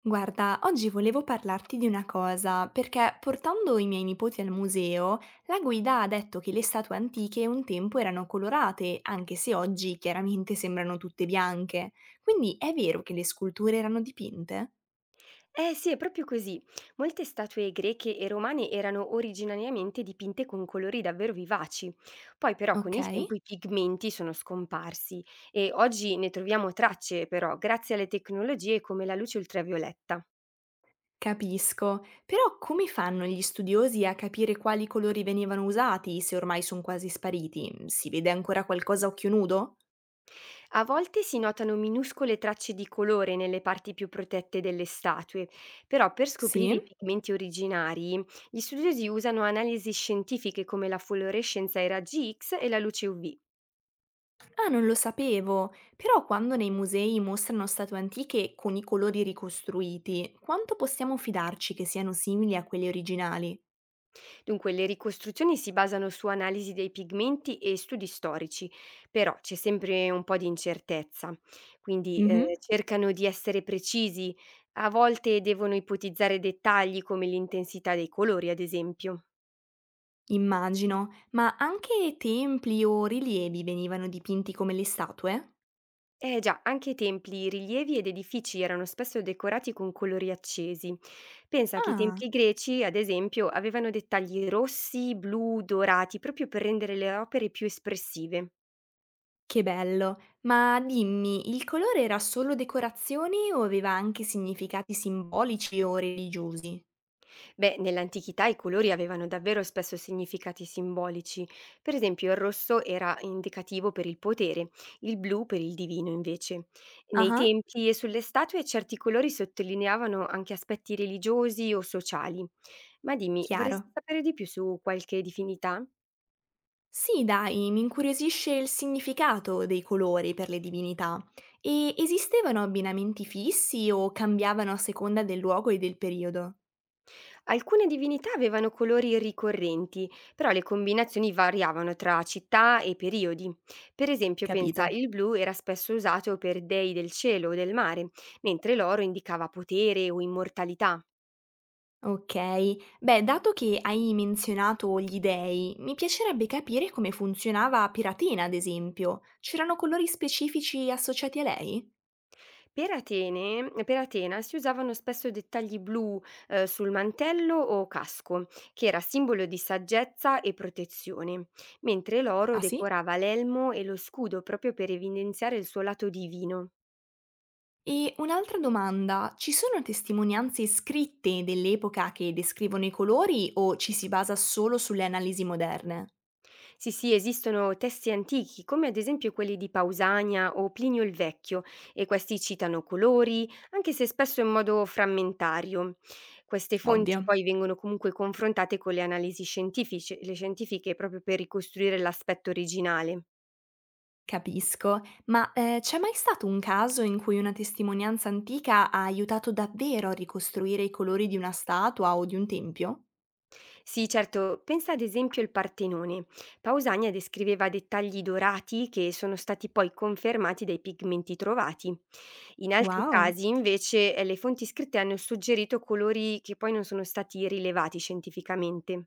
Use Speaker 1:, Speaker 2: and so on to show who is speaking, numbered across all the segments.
Speaker 1: Guarda, oggi volevo parlarti di una cosa, perché portando i miei nipoti al museo, la guida ha detto che le statue antiche un tempo erano colorate, anche se oggi chiaramente sembrano tutte bianche. Quindi è vero che le sculture erano dipinte?
Speaker 2: Eh sì, è proprio così. Molte statue greche e romane erano originariamente dipinte con colori davvero vivaci. Poi però con
Speaker 1: Ok,
Speaker 2: il tempo i pigmenti sono scomparsi e oggi ne troviamo tracce però grazie alle tecnologie come la luce ultravioletta.
Speaker 1: capisco. Però come fanno gli studiosi a capire quali colori venivano usati se ormai sono quasi spariti? Si vede ancora qualcosa a occhio nudo?
Speaker 2: A volte si notano minuscole tracce di colore nelle parti più protette delle statue, però per scoprire i
Speaker 1: Sì?
Speaker 2: pigmenti originari gli studiosi usano analisi scientifiche come la fluorescenza ai raggi X e la luce UV.
Speaker 1: Ah, non lo sapevo, però quando nei musei mostrano statue antiche con i colori ricostruiti, quanto possiamo fidarci che siano simili a quelli originali?
Speaker 2: Dunque, le ricostruzioni si basano su analisi dei pigmenti e studi storici, però c'è sempre un po' di incertezza, quindi
Speaker 1: Mhm,
Speaker 2: cercano di essere precisi, a volte devono ipotizzare dettagli come l'intensità dei colori, ad esempio.
Speaker 1: immagino, ma anche templi o rilievi venivano dipinti come le statue?
Speaker 2: Eh già, anche i templi, i rilievi ed edifici erano spesso decorati con colori accesi. Pensa che i
Speaker 1: Ah,
Speaker 2: templi greci, ad esempio, avevano dettagli rossi, blu, dorati, proprio per rendere le opere più espressive.
Speaker 1: che bello, ma dimmi, il colore era solo decorazione o aveva anche significati simbolici o religiosi?
Speaker 2: Beh, nell'antichità i colori avevano davvero spesso significati simbolici. Per esempio, il rosso era indicativo per il potere, il blu per il divino, invece. Nei
Speaker 1: Ah,
Speaker 2: templi e sulle statue certi colori sottolineavano anche aspetti religiosi o sociali. Ma dimmi, vorresti
Speaker 1: chiaro.
Speaker 2: sapere di più su qualche divinità?
Speaker 1: Sì, dai, mi incuriosisce il significato dei colori per le divinità. E esistevano abbinamenti fissi o cambiavano a seconda del luogo e del periodo?
Speaker 2: Alcune divinità avevano colori ricorrenti, però le combinazioni variavano tra città e periodi. Per esempio, pensa,
Speaker 1: Capito.
Speaker 2: il blu era spesso usato per dei del cielo o del mare, mentre l'oro indicava potere o immortalità.
Speaker 1: Ok, beh, dato che hai menzionato gli dei, mi piacerebbe capire come funzionava Piratina, ad esempio. C'erano colori specifici associati a lei?
Speaker 2: Per Atene, per Atena si usavano spesso dettagli blu sul mantello o casco, che era simbolo di saggezza e protezione, mentre l'oro
Speaker 1: Ah sì?
Speaker 2: decorava l'elmo e lo scudo proprio per evidenziare il suo lato divino.
Speaker 1: E un'altra domanda, ci sono testimonianze scritte dell'epoca che descrivono i colori o ci si basa solo sulle analisi moderne?
Speaker 2: Sì, sì, esistono testi antichi, come ad esempio quelli di Pausania o Plinio il Vecchio, e questi citano colori, anche se spesso in modo frammentario. Queste
Speaker 1: Ovvio,
Speaker 2: fonti poi vengono comunque confrontate con le analisi scientifiche, le scientifiche proprio per ricostruire l'aspetto originale.
Speaker 1: capisco. Ma, c'è mai stato un caso in cui una testimonianza antica ha aiutato davvero a ricostruire i colori di una statua o di un tempio?
Speaker 2: Sì, certo, pensa ad esempio al Partenone. Pausania descriveva dettagli dorati che sono stati poi confermati dai pigmenti trovati. In altri
Speaker 1: Wow!
Speaker 2: casi, invece, le fonti scritte hanno suggerito colori che poi non sono stati rilevati scientificamente.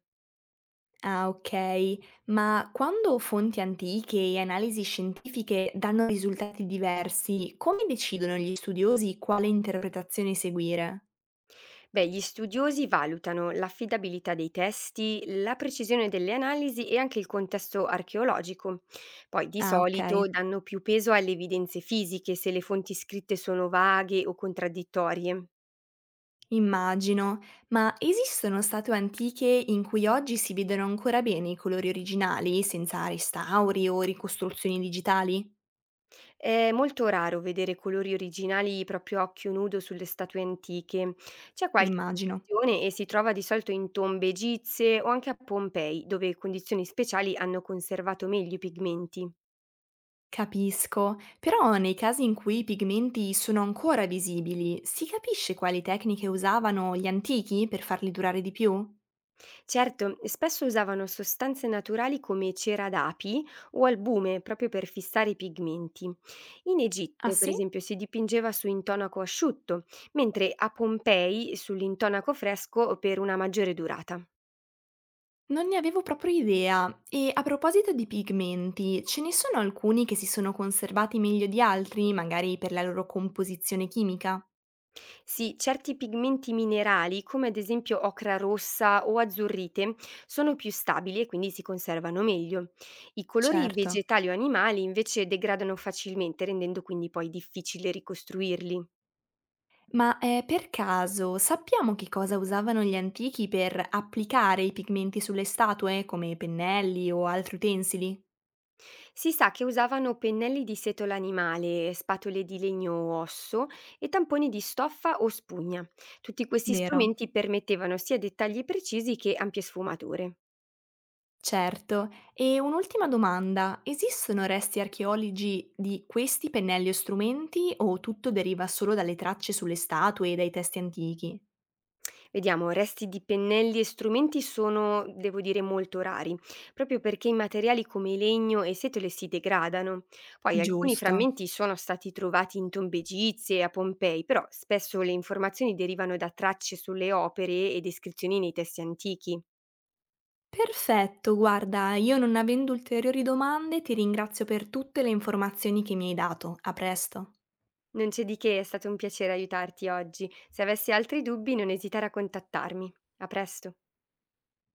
Speaker 1: Ah, okay. Ma quando fonti antiche e analisi scientifiche danno risultati diversi, come decidono gli studiosi quale interpretazione seguire?
Speaker 2: Beh, gli studiosi valutano l'affidabilità dei testi, la precisione delle analisi e anche il contesto archeologico. Poi di
Speaker 1: Ah, okay.
Speaker 2: solito danno più peso alle evidenze fisiche se le fonti scritte sono vaghe o contraddittorie.
Speaker 1: Immagino, ma esistono statue antiche in cui oggi si vedono ancora bene i colori originali, senza restauri o ricostruzioni digitali?
Speaker 2: È molto raro vedere colori originali proprio a occhio nudo sulle statue antiche. C'è qualche
Speaker 1: Immagino.
Speaker 2: eccezione e si trova di solito in tombe egizie o anche a Pompei, dove condizioni speciali hanno conservato meglio i pigmenti.
Speaker 1: Capisco, però nei casi in cui i pigmenti sono ancora visibili, si capisce quali tecniche usavano gli antichi per farli durare di più?
Speaker 2: Certo, spesso usavano sostanze naturali come cera d'api o albume proprio per fissare i pigmenti. In
Speaker 1: Ah
Speaker 2: Egitto, per
Speaker 1: sì?
Speaker 2: esempio, si dipingeva su intonaco asciutto, mentre a Pompei sull'intonaco fresco per una maggiore durata.
Speaker 1: Non ne avevo proprio idea. E a proposito di pigmenti, ce ne sono alcuni che si sono conservati meglio di altri, magari per la loro composizione chimica?
Speaker 2: Sì, certi pigmenti minerali, come ad esempio ocra rossa o azzurrite, sono più stabili e quindi si conservano meglio. I colori
Speaker 1: Certo.
Speaker 2: vegetali o animali invece degradano facilmente, rendendo quindi poi difficile ricostruirli.
Speaker 1: Ma, per caso sappiamo che cosa usavano gli antichi per applicare i pigmenti sulle statue, come pennelli o altri utensili?
Speaker 2: Si sa che usavano pennelli di setola animale, spatole di legno o osso e tamponi di stoffa o spugna. Tutti questi
Speaker 1: Vero.
Speaker 2: strumenti permettevano sia dettagli precisi che ampie sfumature.
Speaker 1: Certo. E un'ultima domanda: esistono resti archeologi di questi pennelli o strumenti, o tutto deriva solo dalle tracce sulle statue e dai testi antichi?
Speaker 2: Vediamo, resti di pennelli e strumenti sono, devo dire, molto rari, proprio perché i materiali come il legno e setole si degradano. Poi alcuni
Speaker 1: Giusto.
Speaker 2: frammenti sono stati trovati in tombe egizie e a Pompei, però spesso le informazioni derivano da tracce sulle opere e descrizioni nei testi antichi.
Speaker 1: Perfetto, guarda, io non avendo ulteriori domande ti ringrazio per tutte le informazioni che mi hai dato. A presto.
Speaker 2: Non c'è di che, è stato un piacere aiutarti oggi. Se avessi altri dubbi non esitare a contattarmi. A presto.